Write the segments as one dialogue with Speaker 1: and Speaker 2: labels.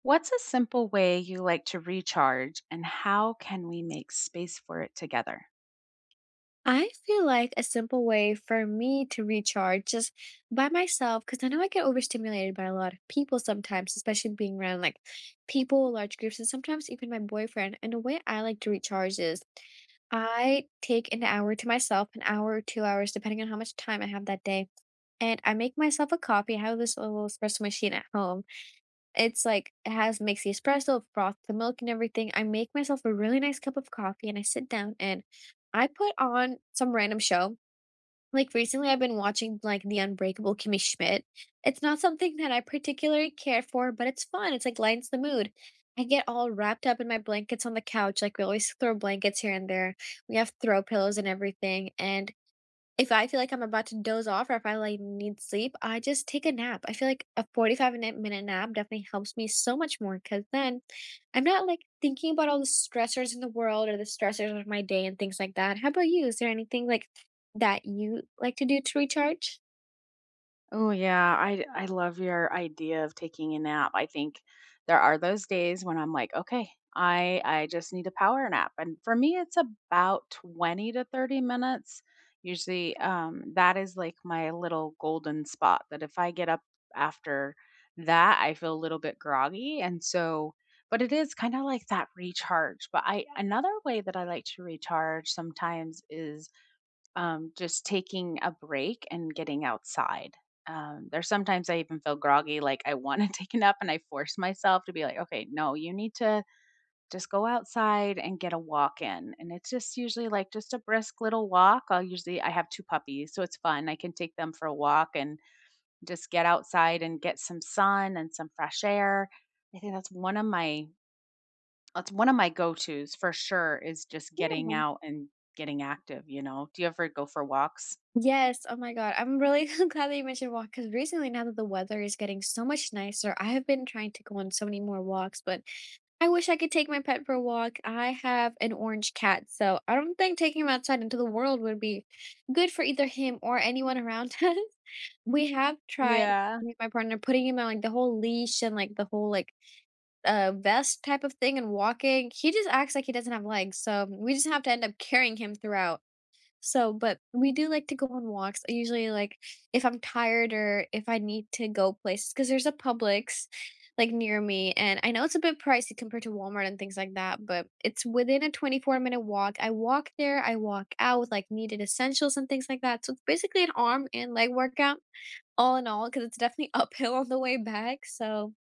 Speaker 1: What's a simple way you like to recharge, and how can we make space for it together?
Speaker 2: I feel like a simple way for me to recharge just by myself, because I know I get overstimulated by a lot of people sometimes, especially being around like people, large groups, and sometimes even my boyfriend. And the way I like to recharge is I take an hour to myself, an hour or 2 hours, depending on how much time I have that day. And I make myself a coffee. I have this little espresso machine at home. It's like it has makes the espresso, froth the milk and everything. I make myself a really nice cup of coffee and I sit down and I put on some random show. Like recently I've been watching like The Unbreakable Kimmy Schmidt. It's not something that I particularly care for, but it's fun. It's like lightens the mood. I get all wrapped up in my blankets on the couch. Like we always throw blankets here and there. We have throw pillows and everything. And if I feel like I'm about to doze off or if I, like, need sleep, I just take a nap. I feel like a 45 minute nap definitely helps me so much more, cause then I'm not, like, thinking about all the stressors in the world or the stressors of my day and things like that. How about you? Is there anything, like, that you like to do to recharge?
Speaker 1: Oh yeah, I love your idea of taking a nap. I think there are those days when I'm like, okay, I just need a power nap. And for me it's about 20 to 30 minutes. Usually that is like my little golden spot that if I get up after that, I feel a little bit groggy. And so but it is kind of like that recharge. But I Another way that I like to recharge sometimes is just taking a break and getting outside. There's sometimes I even feel groggy, like I want to take a nap, and I force myself to be like, okay, no, you need to just go outside and get a walk in. And it's just usually like just a brisk little walk. I have two puppies, so it's fun. I can take them for a walk and just get outside and get some sun and some fresh air. I think that's that's one of my go tos for sure, is just getting
Speaker 2: Yeah.
Speaker 1: out and getting active, you know? Do you ever go for walks?
Speaker 2: Yes, oh my God. I'm really glad that you mentioned walk because recently, now that the weather is getting so much nicer, I have been trying to go on so many more walks, but I wish I could take my pet for a walk. I have an orange cat, so I don't think taking him outside into the world would be good for either him or anyone around us. We have tried
Speaker 1: Yeah.
Speaker 2: me and my partner putting him on like the whole leash and like the whole like vest type of thing and walking. He just acts like he doesn't have legs, so we just have to end up carrying him throughout. So, but we do like to go on walks. I usually like if I'm tired or if I need to go places because there's a Publix like near me, and I know it's a bit pricey compared to Walmart and things like that, but it's within a 24-minute walk. I walk there, I walk out with like needed essentials and things like that. So it's basically an arm and leg workout all in all because it's definitely uphill on the way back. So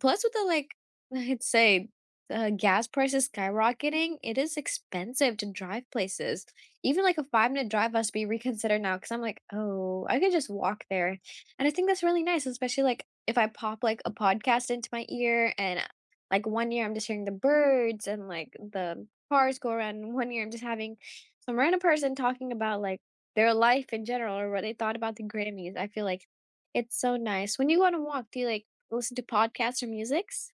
Speaker 2: plus, with the like, I'd say, gas prices skyrocketing, it is expensive to drive places. Even like a 5-minute drive must be reconsidered now because I'm like, oh, I could just walk there. And I think that's really nice, especially like if I pop like a podcast into my ear and like one year I'm just hearing the birds and like the cars go around. And one year I'm just having some random person talking about like their life in general or what they thought about the Grammys. I feel like it's so nice. When you go on a walk, do you like, listen to podcasts or musics?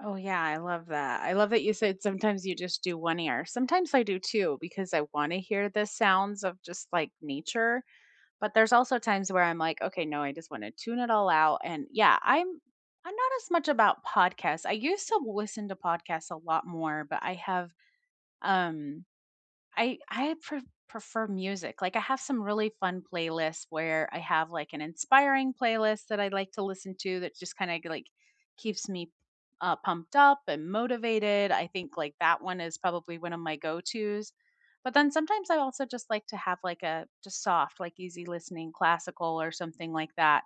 Speaker 1: Oh, yeah, I love that. I love that you said sometimes you just do one ear. Sometimes I do too because I want to hear the sounds of just like nature, but there's also times where I'm like, okay, no, I just want to tune it all out. And yeah, I'm not as much about podcasts. I used to listen to podcasts a lot more, but I have um I pre prefer music. Like, I have some really fun playlists where I have, like, an inspiring playlist that I like to listen to that just kinda, like, keeps me, pumped up and motivated. I think, like, that one is probably one of my go-tos. But then sometimes I also just like to have, like, a just soft, like, easy listening classical or something like that,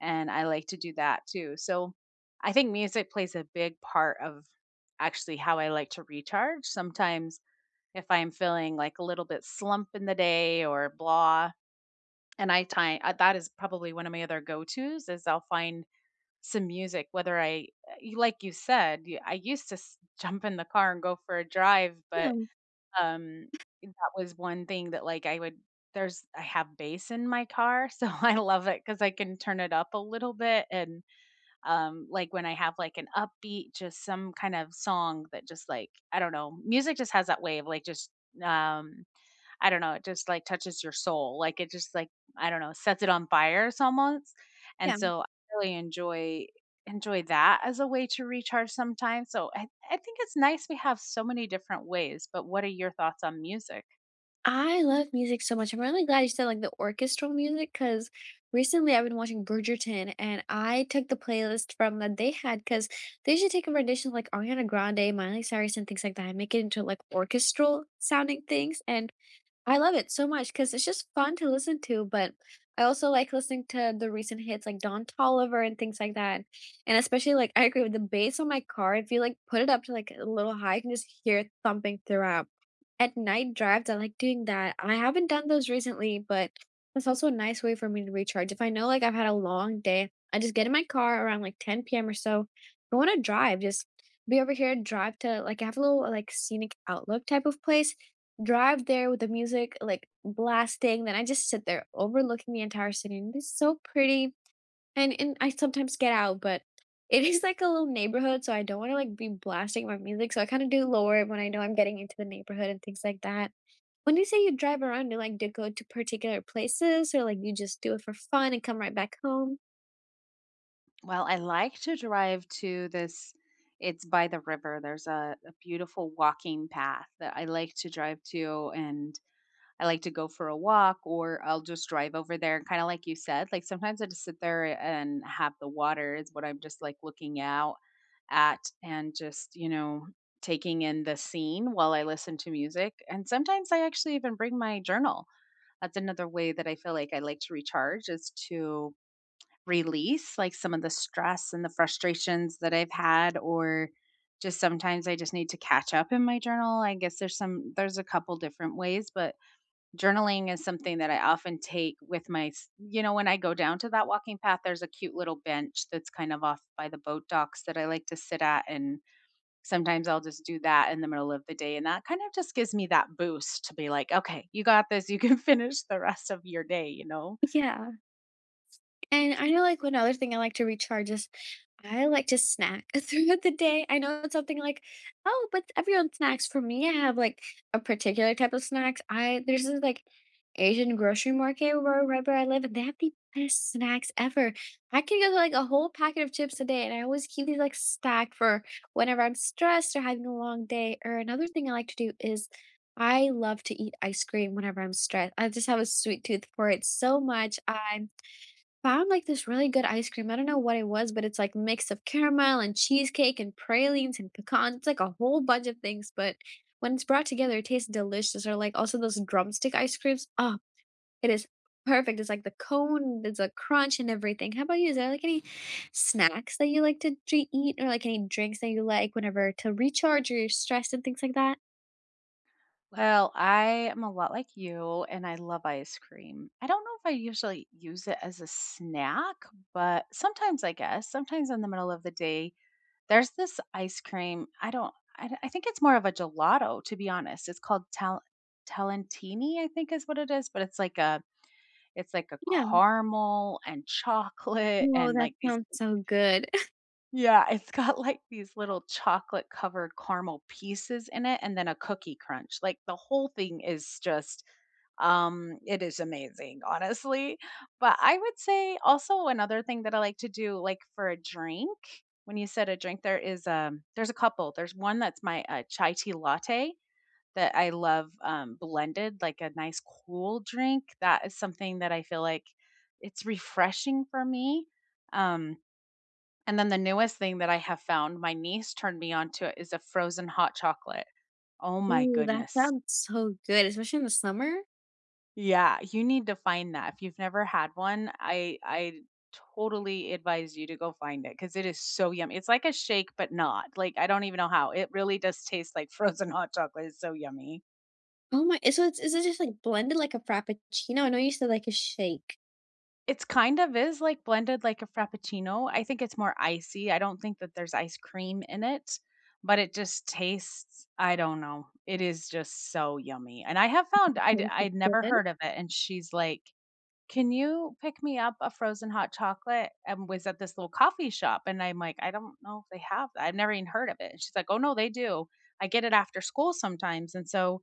Speaker 1: and I like to do that too. So, I think music plays a big part of actually how I like to recharge. Sometimes if I'm feeling like a little bit slump in the day or blah. And I time that is probably one of my other go tos is I'll find some music. Whether I, y- like you said, you- I used to jump in the car and go for a drive,
Speaker 2: Yeah,
Speaker 1: but um, that was one thing that like I would. There's I have bass in my car, so I love it because I can turn it up a little bit. And like when I have like an upbeat, just some kind of song that just like, I don't know, music just has that way of like just um I don't know, it just, like, touches your soul, like, it just, like, I don't know, sets it on fire almost, and
Speaker 2: yeah.
Speaker 1: so I really enjoy that as a way to recharge sometimes, so I think it's nice we have so many different ways, but what are your thoughts on music?
Speaker 2: I love music so much. I'm really glad you said like the orchestral music because recently I've been watching Bridgerton and I took the playlist from that they had because they usually take a rendition of like Ariana Grande, Miley Cyrus, and things like that and make it into like orchestral sounding things. And I love it so much because it's just fun to listen to, but I also like listening to the recent hits like Don Toliver and things like that. And especially like I agree with the bass on my car, if you like put it up to like a little high, you can just hear it thumping throughout. At night drives, I like doing that. I haven't done those recently, but that's also a nice way for me to recharge. If I know like I've had a long day, I just get in my car around like 10 p.m. or so. I want to drive, just be over here, drive to like I have a little like scenic outlook type of place drive there with the music, like, blasting, then I just sit there overlooking the entire city, and it's so pretty, and I sometimes get out, but it is like a little neighborhood, so I don't wanna, like, be blasting my music, so I kinda do lower it when I know I'm getting into the neighborhood and things like that. When you say you drive around, do you like to go to particular places or, like, you just do it for fun and come right back home?
Speaker 1: Well, I like to drive to this, it's by the river, there's a beautiful walking path that I like to drive to, and I like to go for a walk or I'll just drive over there. And kind of like you said, like sometimes I just sit there and have, the water is what I'm just like looking out at and just, you know, taking in the scene while I listen to music. And sometimes I actually even bring my journal. That's another way that I feel like I like to recharge, is to release like some of the stress and the frustrations that I've had. Or just sometimes I just need to catch up in my journal. I guess there's some there's a couple different ways, but journaling is something that I often take with my, you know, when I go down to that walking path, there's a cute little bench that's kind of off by the boat docks that I like to sit at. And sometimes I'll just do that in the middle of the day. And that kind of just gives me that boost to be like, okay, you got this. You can finish the rest of your day, you know?
Speaker 2: Yeah. And I know, like, one other thing I like to recharge is I like to snack throughout the day. I know it's something like, oh, but everyone snacks. For me, I have like a particular type of snacks. I There's this like Asian grocery market where right where I live, and they have the best snacks ever. I can get like a whole packet of chips a day, and I always keep these like stacked for whenever I'm stressed or having a long day. Or another thing I like to do is I love to eat ice cream whenever I'm stressed. I just have a sweet tooth for it so much. I'm Found like this really good ice cream. I don't know what it was, but it's like mix of caramel and cheesecake and pralines and pecans. It's like a whole bunch of things, but when it's brought together, it tastes delicious. Or like also those drumstick ice creams. Oh, it is perfect. It's like the cone, there's a crunch and everything. How about you? Is there like any snacks that you like to eat or like any drinks that you like whenever to recharge or you're stressed and things like that?
Speaker 1: Well, I am a lot like you and I love ice cream. I don't know if I usually use it as a snack, but sometimes I guess, sometimes in the middle of the day, there's this ice cream. I don't. I think it's more of a gelato, to be honest. It's called Talentini, I think is what it is. But it's like a it's like a
Speaker 2: Yeah.
Speaker 1: caramel and chocolate
Speaker 2: Oh,
Speaker 1: and
Speaker 2: that
Speaker 1: like these,
Speaker 2: sounds so good.
Speaker 1: yeah, it's got like these little chocolate covered caramel pieces in it and then a cookie crunch. Like the whole thing is just it is amazing, honestly. But I would say also another thing that I like to do like for a drink, when you said a drink, there is there's a couple. There's one that's my chai tea latte that I love, blended like a nice cool drink. That is something that I feel like it's refreshing for me. Um and then the newest thing that I have found, my niece turned me on to it, is a frozen hot chocolate. Oh my
Speaker 2: Ooh, that
Speaker 1: goodness.
Speaker 2: sounds so good, especially in the summer.
Speaker 1: Yeah, you need to find that. If you've never had one, I totally advise you to go find it because it is so yummy. It's like a shake, but not. Like, I don't even know how. It really does taste like frozen hot chocolate. It's so yummy.
Speaker 2: Oh my, so it's is it just, like, blended like a frappuccino? I know you said like a shake.
Speaker 1: It's kind of is, like, blended like a frappuccino. I think it's more icy. I don't think that there's ice cream in it, but it just tastes, I don't know. It is just so yummy, and I have found, I'd never heard of it, and she's like, "Can you pick me up a frozen hot chocolate?" And was at this little coffee shop, and I'm like, "I don't know if they have that. I've never even heard of it." And she's like, "Oh, no, they do. I get it after school sometimes." And so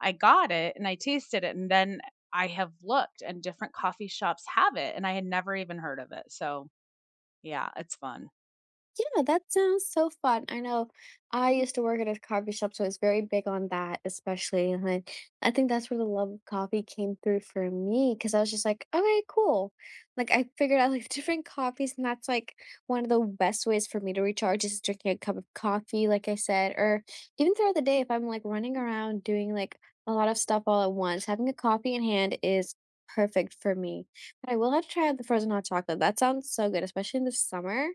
Speaker 1: I got it and I tasted it, and then I have looked and different coffee shops have it, and I had never even heard of it. So, yeah, it's fun.
Speaker 2: Yeah, that sounds so fun. I know I used to work at a coffee shop, so it's very big on that, especially. And I think that's where the love of coffee came through for me because I was just like, okay, cool. Like, I figured out like different coffees, and that's like one of the best ways for me to recharge is drinking a cup of coffee, like I said, or even throughout the day, if I'm like running around doing like a lot of stuff all at once, having a coffee in hand is perfect for me. But I will have to try out the frozen hot chocolate. That sounds so good, especially in the summer.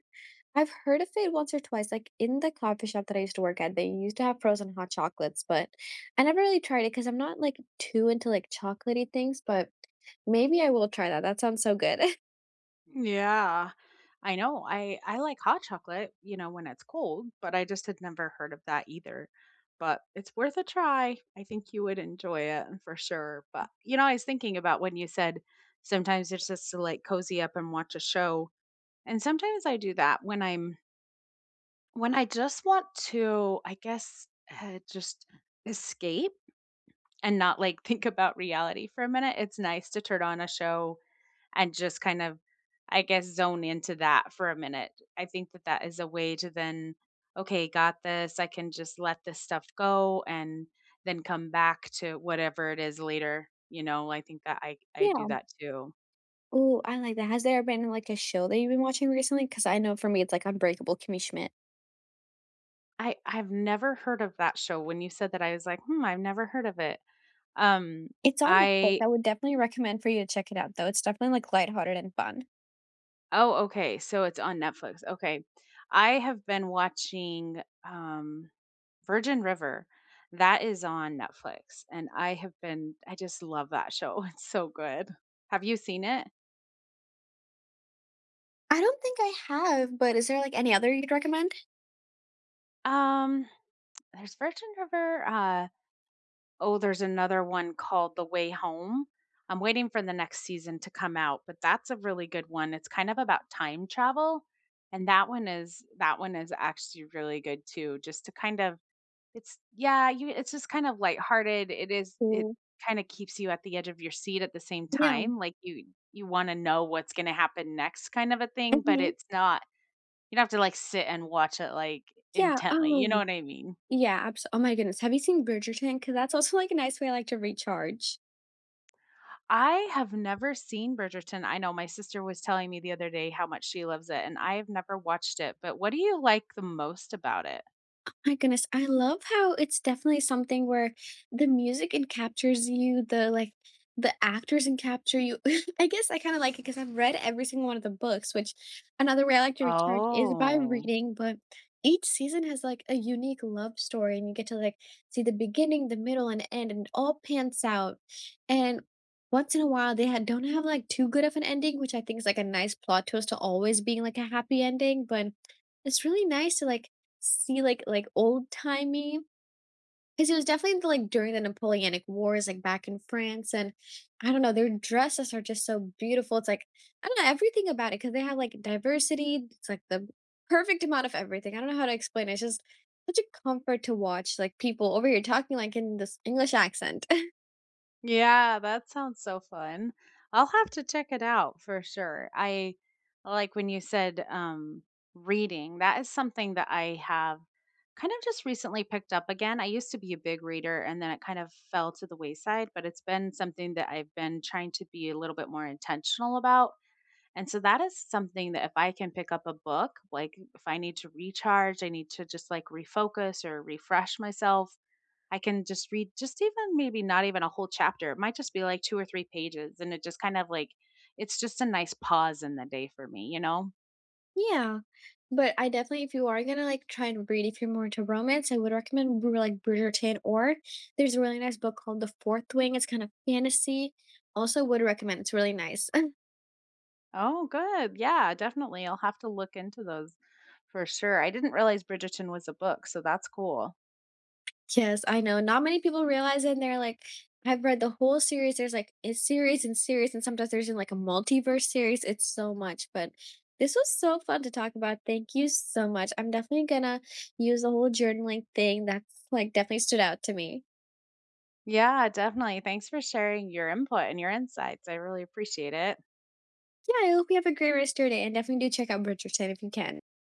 Speaker 2: I've heard of it once or twice, like, in the coffee shop that I used to work at, they used to have frozen hot chocolates, but I never really tried it because 'cause I'm not, like, too into, like, chocolatey things, but maybe I will try that, that sounds so good.
Speaker 1: Yeah. I know. I like hot chocolate, you know, when it's cold, but I just had never heard of that either. But it's worth a try. I think you would enjoy it for sure. But you know, I was thinking about when you said sometimes it's just to like cozy up and watch a show. And sometimes I do that when I just want to, I guess, just escape and not like think about reality for a minute, it's nice to turn on a show and just kind of, I guess, zone into that for a minute. I think that that is a way to then, okay, got this. I can just let this stuff go and then come back to whatever it is later. You know, I think that I
Speaker 2: Yeah.
Speaker 1: do that too.
Speaker 2: Ooh, I like that. Has there been, like, a show that you've been watching recently? Because I know for me, it's, like, Unbreakable Kimmy Schmidt.
Speaker 1: I've never heard of that show. When you said that, I was like, hmm, I've never heard of it. Um,
Speaker 2: It's on Netflix,
Speaker 1: I
Speaker 2: I would definitely recommend for you to check it out, though, it's definitely, like, lighthearted and fun.
Speaker 1: Oh, okay, so it's on Netflix, okay. I have been watching, Virgin River. That is on Netflix, and I have been, I just love that show, it's so good. Have you seen it?
Speaker 2: I don't think I have, but is there, like, any other you'd recommend?
Speaker 1: Um, there's Virgin River, oh, there's another one called The Way Home. I'm waiting for the next season to come out, but that's a really good one, it's kind of about time travel, and that one is actually really good too, just to kind of, it's, yeah, you it's just kind of lighthearted. It
Speaker 2: Ooh,
Speaker 1: kinda keeps you at the edge of your seat at the same
Speaker 2: yeah.
Speaker 1: time, like, you wanna know what's gonna happen next kind of a thing, but
Speaker 2: Mhm.
Speaker 1: it's not, you don't have to, like, sit and watch it, like,
Speaker 2: Yeah,
Speaker 1: intently, you know
Speaker 2: oh,
Speaker 1: what I mean?
Speaker 2: yeah, abs oh my goodness, have you seen Bridgerton? Because that's also, like, a nice way, I like, to recharge.
Speaker 1: I have never seen Bridgerton. I know my sister was telling me the other day how much she loves it, and I have never watched it, but what do you like the most about it?
Speaker 2: My goodness, I love how it's definitely something where the music encaptures you, the actors encapture you. I guess I kind of like it because I've read every single one of the books, which another way I like to recharge is by
Speaker 1: Oh.
Speaker 2: reading, but each season has like a unique love story and you get to like see the beginning, the middle, and end, and it all pans out. And once in a while they had don't have like too good of an ending, which I think is like a nice plot twist to always being like a happy ending, but it's really nice to like see, old-timey timey, because it was definitely during the Napoleonic Wars, like, back in France, and I don't know, their dresses are just so beautiful, it's like I don't know, everything about it, because they have, like, diversity, it's like the perfect amount of everything, I don't know how to explain it, it's just such a comfort to watch, like, people over here talking, like, in this English accent.
Speaker 1: Yeah, that sounds so fun. I'll have to check it out for sure. I like when you said reading. That is something that I have kind of just recently picked up again. I used to be a big reader and then it kind of fell to the wayside, but it's been something that I've been trying to be a little bit more intentional about. And so that is something that if I can pick up a book, like if I need to recharge, I need to just like refocus or refresh myself, I can just read, just even maybe not even a whole chapter. It might just be like 2 or 3 pages and it just kind of like, it's just a nice pause in the day for me, you know?
Speaker 2: Yeah, but I definitely if you are gonna, like, try and read if you're more into romance, I would recommend br like, Bridgerton or there's a really nice book called The Fourth Wing, it's kind of fantasy, also would recommend, it's really nice.
Speaker 1: Oh, good. Yeah, definitely. I'll have to look into those for sure. I didn't realize Bridgerton was a book, so that's cool.
Speaker 2: Yes, I know, not many people realize it, and they're like, "I've read the whole series," there's, like, a series and series, and sometimes there's in like, a multiverse series, it's so much, but this was so fun to talk about, thank you so much, I'm definitely gonna use the whole journaling thing that's, like, definitely stood out to me.
Speaker 1: Yeah, definitely. Thanks for sharing your input and your insights. I really appreciate it.
Speaker 2: Yeah, I hope you have a great rest of your day, and definitely do check out Bridgerton if you can.